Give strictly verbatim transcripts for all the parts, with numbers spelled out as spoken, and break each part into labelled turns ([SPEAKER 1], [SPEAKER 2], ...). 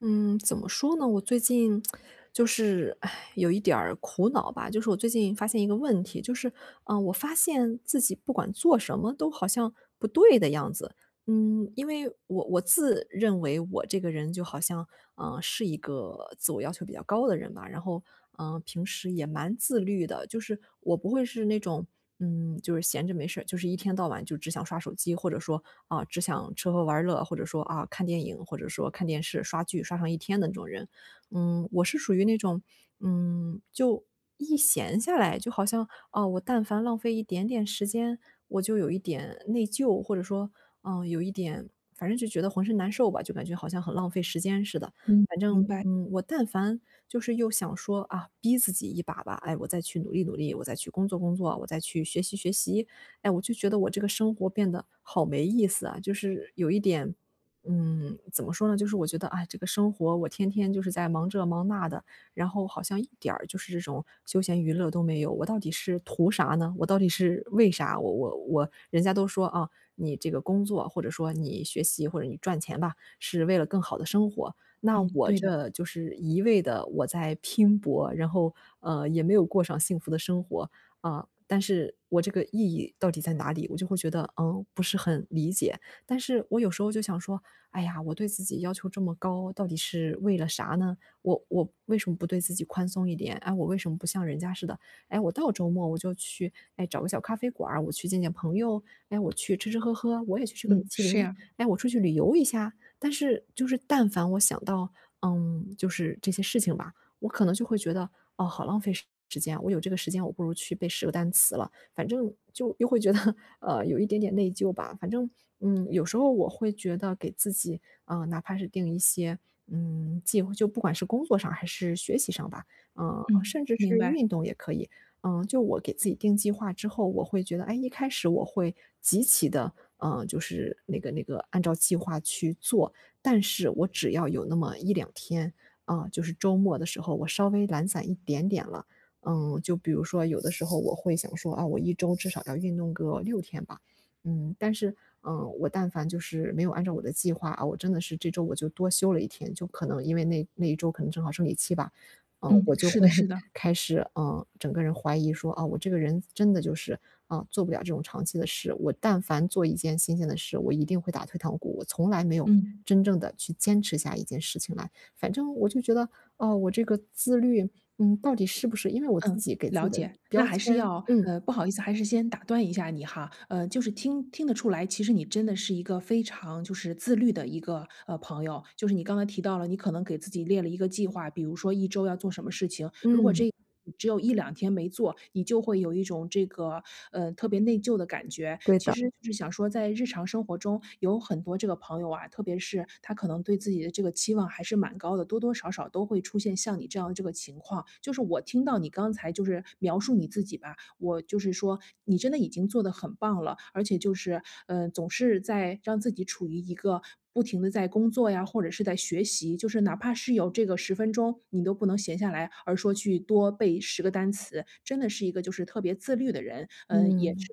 [SPEAKER 1] 嗯，怎么说呢？我最近就是，唉，有一点儿苦恼吧。就是我最近发现一个问题，就是，嗯、呃我发现自己不管做什么都好像不对的样子。嗯，因为我我自认为我这个人就好像，嗯，是一个自我要求比较高的人吧，然后，嗯，平时也蛮自律的，就是我不会是那种，嗯，就是闲着没事儿，就是一天到晚就只想刷手机，或者说啊，只想吃喝玩乐，或者说啊看电影，或者说看电视、刷剧，刷上一天的那种人。嗯，我是属于那种，嗯，就一闲下来，就好像哦，我但凡浪费一点点时间，我就有一点内疚，或者说，嗯、有一点，反正就觉得浑身难受吧，就感觉好像很浪费时间似的。
[SPEAKER 2] 嗯，
[SPEAKER 1] 反
[SPEAKER 2] 明
[SPEAKER 1] 正，
[SPEAKER 2] 白。
[SPEAKER 1] 嗯，我但凡就是又想说啊，逼自己一把吧，哎，我再去努力努力，我再去工作工作，我再去学习学习，哎，我就觉得我这个生活变得好没意思啊，就是有一点嗯，怎么说呢？就是我觉得，哎，这个生活我天天就是在忙这忙那的，然后好像一点儿就是这种休闲娱乐都没有。我到底是图啥呢？我到底是为啥？我我我，人家都说啊，你这个工作或者说你学习或者你赚钱吧，是为了更好的生活。那
[SPEAKER 2] 嗯，
[SPEAKER 1] 我
[SPEAKER 2] 对的。
[SPEAKER 1] 这就是一味的我在拼搏，然后呃也没有过上幸福的生活啊、但是我这个意义到底在哪里？我就会觉得嗯不是很理解。但是我有时候就想说，哎呀，我对自己要求这么高，到底是为了啥呢？我我为什么不对自己宽松一点？哎，我为什么不像人家似的？哎，我到周末我就去，哎，找个小咖啡馆儿我去见见朋友，哎，我去吃吃喝喝，我也去吃个米
[SPEAKER 2] 嗯，
[SPEAKER 1] 其
[SPEAKER 2] 是
[SPEAKER 1] 林，
[SPEAKER 2] 呀。
[SPEAKER 1] 哎，我出去旅游一下。但是就是但凡我想到，嗯，就是这些事情吧，我可能就会觉得，哦，好浪费时时间，我有这个时间，我不如去背十个单词了。反正就又会觉得，呃，有一点点内疚吧。反正，嗯，有时候我会觉得给自己啊，呃，哪怕是定一些，嗯，计划，就不管是工作上还是学习上吧，嗯，
[SPEAKER 2] 嗯，
[SPEAKER 1] 甚至
[SPEAKER 2] 明
[SPEAKER 1] 是
[SPEAKER 2] 白。
[SPEAKER 1] 运动也可以。嗯，就我给自己定计划之后，我会觉得，哎，一开始我会极其的，嗯，就是那个那个按照计划去做，但是我只要有那么一两天，啊、就是周末的时候我稍微懒散一点点了，嗯，就比如说有的时候我会想说啊，我一周至少要运动个六天吧，嗯，但是嗯，我但凡就是没有按照我的计划啊，我真的是这周我就多休了一天，就可能因为那那一周可能正好生理期吧，嗯，
[SPEAKER 2] 嗯，
[SPEAKER 1] 我就
[SPEAKER 2] 是
[SPEAKER 1] 会
[SPEAKER 2] 的是的。
[SPEAKER 1] 开始嗯，整个人怀疑说啊，我这个人真的就是啊，做不了这种长期的事。我但凡做一件新鲜的事，我一定会打退堂鼓，我从来没有。
[SPEAKER 2] 嗯。
[SPEAKER 1] 真正的去坚持下一件事情来，反正我就觉得，哦，我这个自律嗯，到底是不是？因为我自己给自
[SPEAKER 2] 了
[SPEAKER 1] 己的
[SPEAKER 2] 解，那
[SPEAKER 1] 标
[SPEAKER 2] 还是
[SPEAKER 1] 签
[SPEAKER 2] 要
[SPEAKER 1] 嗯，
[SPEAKER 2] 呃，不好意思，还是先打断一下你哈，呃，就是听听得出来，其实你真的是一个非常就是自律的一个呃朋友，就是你刚才提到了，你可能给自己列了一个计划，比如说一周要做什么事情，如果
[SPEAKER 1] 嗯。
[SPEAKER 2] 这只有一两天没做，你就会有一种这个呃特别内疚的感觉。
[SPEAKER 1] 对
[SPEAKER 2] 其
[SPEAKER 1] 的。
[SPEAKER 2] 实就是想说，在日常生活中有很多这个朋友啊，特别是他可能对自己的这个期。希望还是蛮高的，多多少少都会出现像你这样的这个情况。就是我听到你刚才就是描述你自己吧，我就是说你真的已经做得很棒了，而且就是，嗯，总是在让自己处于一个不停的在工作呀，或者是在学习，就是哪怕是有这个十分钟，你都不能闲下来，而说去多背十个单词，真的是一个就是特别自律的人。嗯，也
[SPEAKER 1] 嗯，
[SPEAKER 2] 是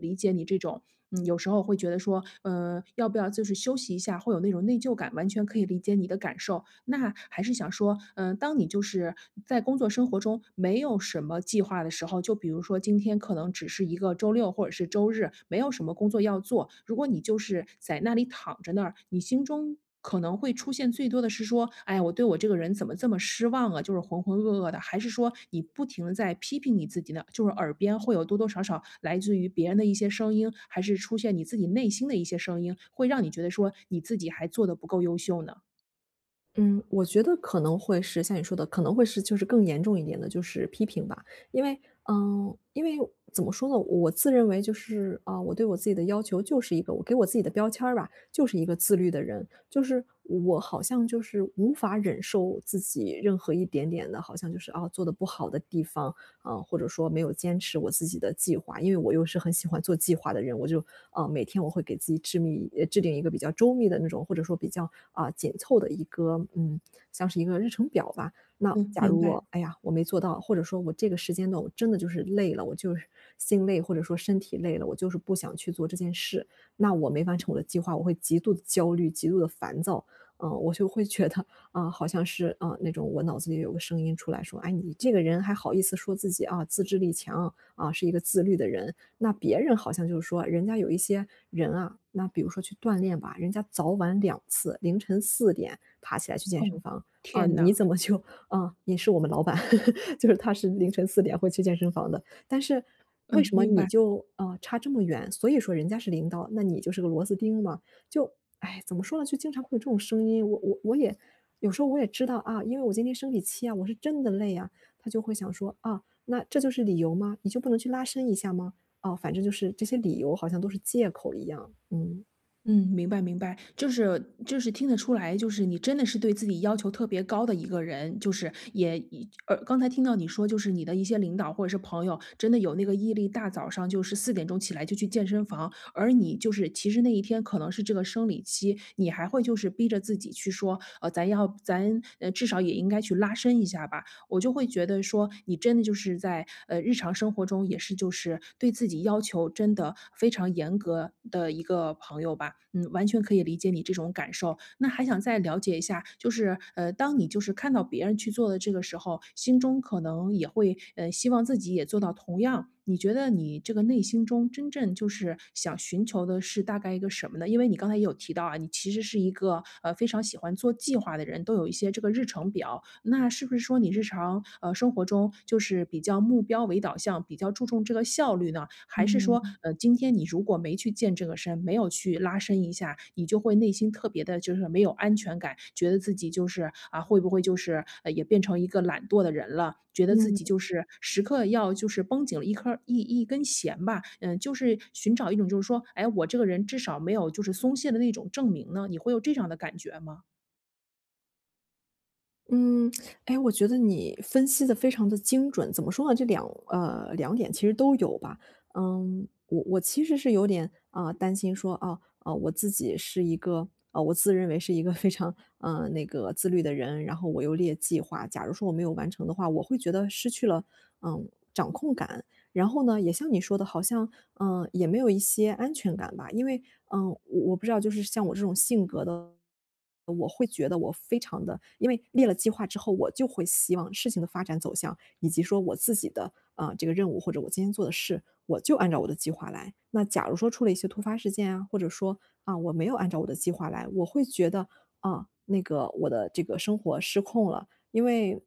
[SPEAKER 2] 理解你这种嗯，有时候会觉得说，呃，要不要就是休息一下，会有那种内疚感，完全可以理解你的感受。那还是想说，嗯、当你就是在工作生活中没有什么计划的时候，就比如说今天可能只是一个周六或者是周日，没有什么工作要做，如果你就是在那里躺着那儿，你心中可能会出现最多的是说，哎呀，我对我这个人怎么这么失望啊，就是浑浑噩噩的，还是说你不停的在批评你自己呢？就是耳边会有多多少少来自于别人的一些声音，还是出现你自己内心的一些声音，会让你觉得说你自己还做的不够优秀呢？
[SPEAKER 1] 嗯，我觉得可能会是像你说的，可能会是就是更严重一点的，就是批评吧。因为，嗯，呃因为怎么说呢，我自认为就是，啊，我对我自己的要求就是一个我给我自己的标签儿吧，就是一个自律的人。就是我好像就是无法忍受自己任何一点点的，好像就是，啊，做的不好的地方，呃，或者说没有坚持我自己的计划，因为我又是很喜欢做计划的人，我就啊每天我会给自己制密呃制定一个比较周密的那种，或者说比较啊、呃紧凑的一个嗯，像是一个日程表吧。那
[SPEAKER 2] 嗯，
[SPEAKER 1] 假
[SPEAKER 2] 明
[SPEAKER 1] 如
[SPEAKER 2] 白。
[SPEAKER 1] 我哎呀我没做到，或者说我这个时间段我真的就是累了，我就是心累或者说身体累了，我就是不想去做这件事，那我没完成我的计划，我会极度的焦虑，极度的烦躁。嗯，我就会觉得啊，好像是，啊，那种我脑子里有个声音出来说：“哎，你这个人还好意思说自己啊，自制力强，啊，是一个自律的人。”那别人好像就是说，人家有一些人啊，那比如说去锻炼吧，人家早晚两次，凌晨四点爬起来去健身
[SPEAKER 2] 哦，
[SPEAKER 1] 房，啊，
[SPEAKER 2] 天
[SPEAKER 1] 你
[SPEAKER 2] 呐，
[SPEAKER 1] 怎么就啊，你是我们老板，就是他是凌晨四点会去健身房的，但是为
[SPEAKER 2] 嗯，
[SPEAKER 1] 什么
[SPEAKER 2] 明
[SPEAKER 1] 你
[SPEAKER 2] 白。
[SPEAKER 1] 就，啊，呃差这么远？所以说人家是领导，那你就是个螺丝钉嘛。就，哎，怎么说呢，就经常会有这种声音，我我我也有时候我也知道啊，因为我今天生理期啊，我是真的累啊。他就会想说，啊，那这就是理由吗？你就不能去拉伸一下吗？哦，反正就是这些理由好像都是借口一样，嗯。
[SPEAKER 2] 嗯，明白明白，就是就是听得出来，就是你真的是对自己要求特别高的一个人，就是也一呃，刚才听到你说，就是你的一些领导或者是朋友，真的有那个毅力，大早上就是四点钟起来就去健身房，而你就是其实那一天可能是这个生理期，你还会就是逼着自己去说，呃，咱要咱呃至少也应该去拉伸一下吧，我就会觉得说，你真的就是在呃日常生活中也是就是对自己要求真的非常严格的一个朋友吧，嗯，完全可以理解你这种感受。那还想再了解一下，就是呃，当你就是看到别人去做的这个时候，心中可能也会呃希望自己也做到同样。你觉得你这个内心中真正就是想寻求的是大概一个什么呢？因为你刚才也有提到啊，你其实是一个呃非常喜欢做计划的人，都有一些这个日程表。那是不是说你日常呃生活中就是比较目标为导向，比较注重这个效率呢？还是说
[SPEAKER 1] 嗯
[SPEAKER 2] 呃今天你如果没去见这个事儿嗯，没有去拉伸一下，你就会内心特别的，就是没有安全感，觉得自己就是，啊，会不会就是，呃，也变成一个懒惰的人了，觉得自
[SPEAKER 1] 嗯。
[SPEAKER 2] 己就是时刻要就是绷紧了一颗一一根弦吧。嗯，就是寻找一种就是说，哎，我这个人至少没有就是松懈的那种证明呢，你会有这样的感觉吗？
[SPEAKER 1] 嗯，哎，我觉得你分析的非常的精准，怎么说呢？这两呃，两点其实都有吧。嗯，我我其实是有点，啊，担心说，啊，啊，我自己是一个啊，我自认为是一个非常，嗯那个自律的人，然后我又列计划，假如说我没有完成的话，我会觉得失去了，嗯，掌控感。然后呢，也像你说的，好像，嗯，呃也没有一些安全感吧。因为，嗯，呃我我不知道，就是像我这种性格的，我会觉得我非常的因为列了计划之后，我就会希望事情的发展走向，以及说我自己的，啊，呃这个任务或者我今天做的事，我就按照我的计划来。那假如说出了一些突发事件啊，或者说，啊，我没有按照我的计划来，我会觉得，啊，那个我的这个生活失控了，因为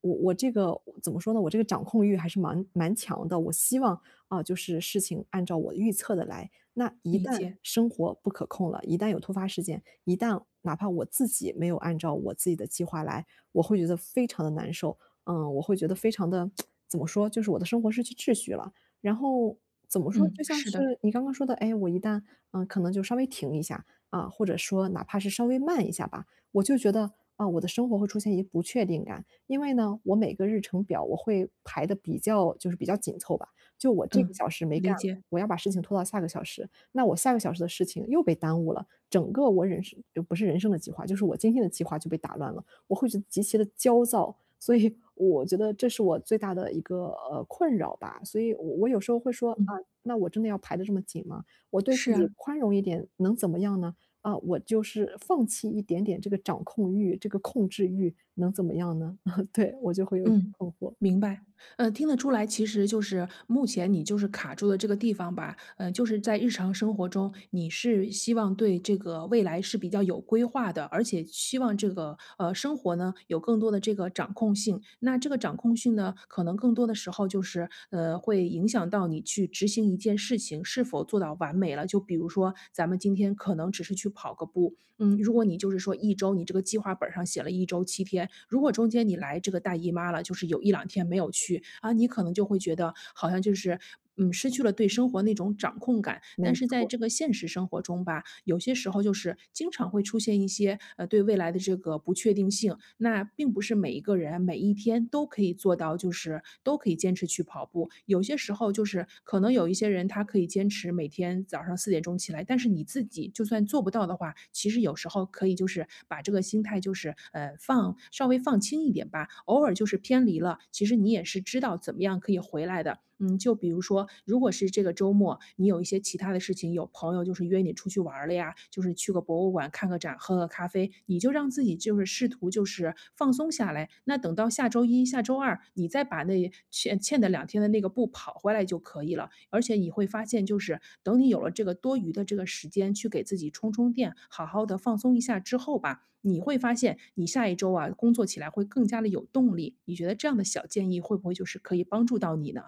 [SPEAKER 1] 我我这个怎么说呢？我这个掌控欲还是蛮蛮强的。我希望啊，就是事情按照我预测的来。那一
[SPEAKER 2] 理
[SPEAKER 1] 旦
[SPEAKER 2] 解，
[SPEAKER 1] 生活不可控了，一旦有突发事件，一旦哪怕我自己没有按照我自己的计划来，我会觉得非常的难受。嗯，我会觉得非常的怎么说？就是我的生活失去秩序了。然后怎么说？
[SPEAKER 2] 嗯，
[SPEAKER 1] 就像
[SPEAKER 2] 是
[SPEAKER 1] 是
[SPEAKER 2] 的，
[SPEAKER 1] 你刚刚说的，哎，我一旦嗯、呃可能就稍微停一下啊、或者说哪怕是稍微慢一下吧，我就觉得啊，我的生活会出现一不确定感。因为呢，我每个日程表我会排的比较就是比较紧凑吧，就我这个
[SPEAKER 2] 嗯，
[SPEAKER 1] 小时没
[SPEAKER 2] 理
[SPEAKER 1] 干，
[SPEAKER 2] 解，
[SPEAKER 1] 我要把事情拖到下个小时，那我下个小时的事情又被耽误了，整个我人生就不是人生的计划，就是我今天的计划就被打乱了，我会觉得极其的焦躁。所以我觉得这是我最大的一个，呃，困扰吧，所以我我有时候会说：“啊，
[SPEAKER 2] 嗯，
[SPEAKER 1] 那我真的要排的这么紧吗？”我对
[SPEAKER 2] 是
[SPEAKER 1] 自己
[SPEAKER 2] 啊。
[SPEAKER 1] 宽容一点，能怎么样呢？啊，我就是放弃一点点这个掌控欲，这个控制欲，能怎么样呢？对，我就会有点
[SPEAKER 2] 嗯，
[SPEAKER 1] 困惑，
[SPEAKER 2] 明白。呃，听得出来，其实就是目前你就是卡住的这个地方吧，呃，就是在日常生活中，你是希望对这个未来是比较有规划的，而且希望这个呃生活呢有更多的这个掌控性。那这个掌控性呢，可能更多的时候就是呃会影响到你去执行一件事情是否做到完美了。就比如说咱们今天可能只是去跑个步，嗯，如果你就是说一周，你这个计划本儿上写了一周七天，如果中间你来这个大姨妈了，就是有一两天没有去，啊，你可能就会觉得好像就是，嗯，失去了对生活那种掌控感。但
[SPEAKER 1] 没
[SPEAKER 2] 是在
[SPEAKER 1] 错。
[SPEAKER 2] 这个现实生活中吧，有些时候就是经常会出现一些，呃，对未来的这个不确定性，那并不是每一个人每一天都可以做到，就是都可以坚持去跑。跑步。有些时候就是可能有一些人他可以坚持每天早上四点钟起来，但是你自己就算做不到的话，其实有时候可以就是把这个心态就是，呃，放稍微放轻一点吧，偶尔就是偏离了，其实你也是知道怎么样可以回来的。嗯，就比如说，如果是这个周末，你有一些其他的事情，有朋友就是约你出去玩儿了呀，就是去个博物馆看个展喝喝咖啡，你就让自己就是试图就是放松下来。那等到下周一、下周二，你再把那欠欠的两天的那个步跑回来就可以了。而且你会发现，就是等你有了这个多余的这个时间去给自己充充电，好好的放松一下之后吧，你会发现你下一周啊工作起来会更加的有动力。你觉得这样的小建议会不会就是可以帮助到你呢？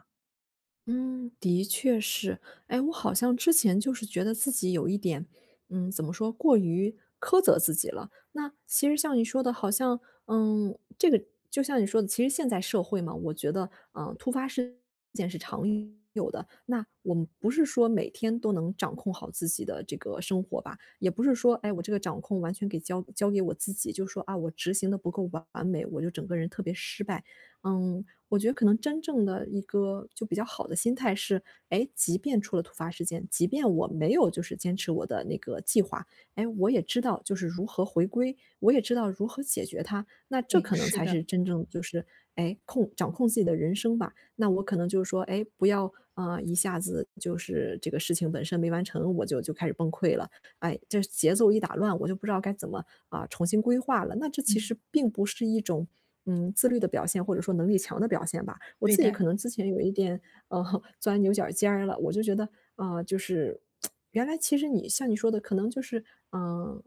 [SPEAKER 1] 嗯，的确是。哎，我好像之前就是觉得自己有一点，嗯，怎么说，过于苛责自己了。那其实像你说的，好像，嗯，这个就像你说的，其实现在社会嘛，我觉得，嗯，突发事件是常有的。那我们不是说每天都能掌控好自己的这个生活吧，也不是说，哎，我这个掌控完全给交交给我自己，就说啊，我执行的不够完美，我就整个人特别失败。嗯，我觉得可能真正的一个就比较好的心态是，哎，即便出了突发事件，即便我没有就是坚持我的那个计划，哎，我也知道就是如何回归，我也知道如何解决它。那这
[SPEAKER 2] 哎，
[SPEAKER 1] 可能
[SPEAKER 2] 是
[SPEAKER 1] 才
[SPEAKER 2] 的，
[SPEAKER 1] 是真正就是哎控掌控自己的人生吧。那我可能就是说，哎，不要啊、呃一下子就是这个事情本身没完成，我就就开始崩溃了。哎，这节奏一打乱，我就不知道该怎么啊、重新规划了。那这其
[SPEAKER 2] 嗯，
[SPEAKER 1] 实并不是一种嗯自律的表现，或者说能力强的表现吧。我
[SPEAKER 2] 对
[SPEAKER 1] 自己
[SPEAKER 2] 的，
[SPEAKER 1] 可能之前有一点呃 钻牛角尖儿了，我就觉得啊、呃就是原来其实你像你说的，可能就是嗯。呃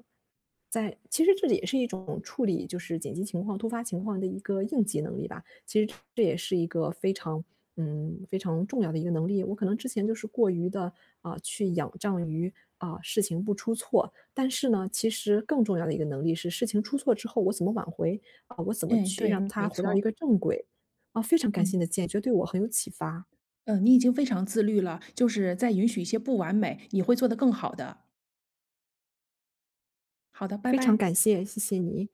[SPEAKER 1] 在其实这也是一种处理就是紧急情况、突发情况的一个应急能力吧。其实这也是一个非常嗯，非常重要的一个能力。我可能之前就是过于的啊，去仰仗于，啊，事情不出错，但是呢，其实更重要的一个能力是事情出错之后我怎么挽回，啊，我怎么
[SPEAKER 2] 哎，
[SPEAKER 1] 去
[SPEAKER 2] 对，
[SPEAKER 1] 让它
[SPEAKER 2] 没
[SPEAKER 1] 回到
[SPEAKER 2] 错，
[SPEAKER 1] 一个正轨。啊，非常感谢
[SPEAKER 2] 嗯。
[SPEAKER 1] 你的建议，觉得对我很有启发，
[SPEAKER 2] 嗯，呃你已经非常自律了，就是在允许一些不完美，你会做得更好的。好的，拜
[SPEAKER 1] 非常
[SPEAKER 2] 拜。
[SPEAKER 1] 感谢，谢谢你。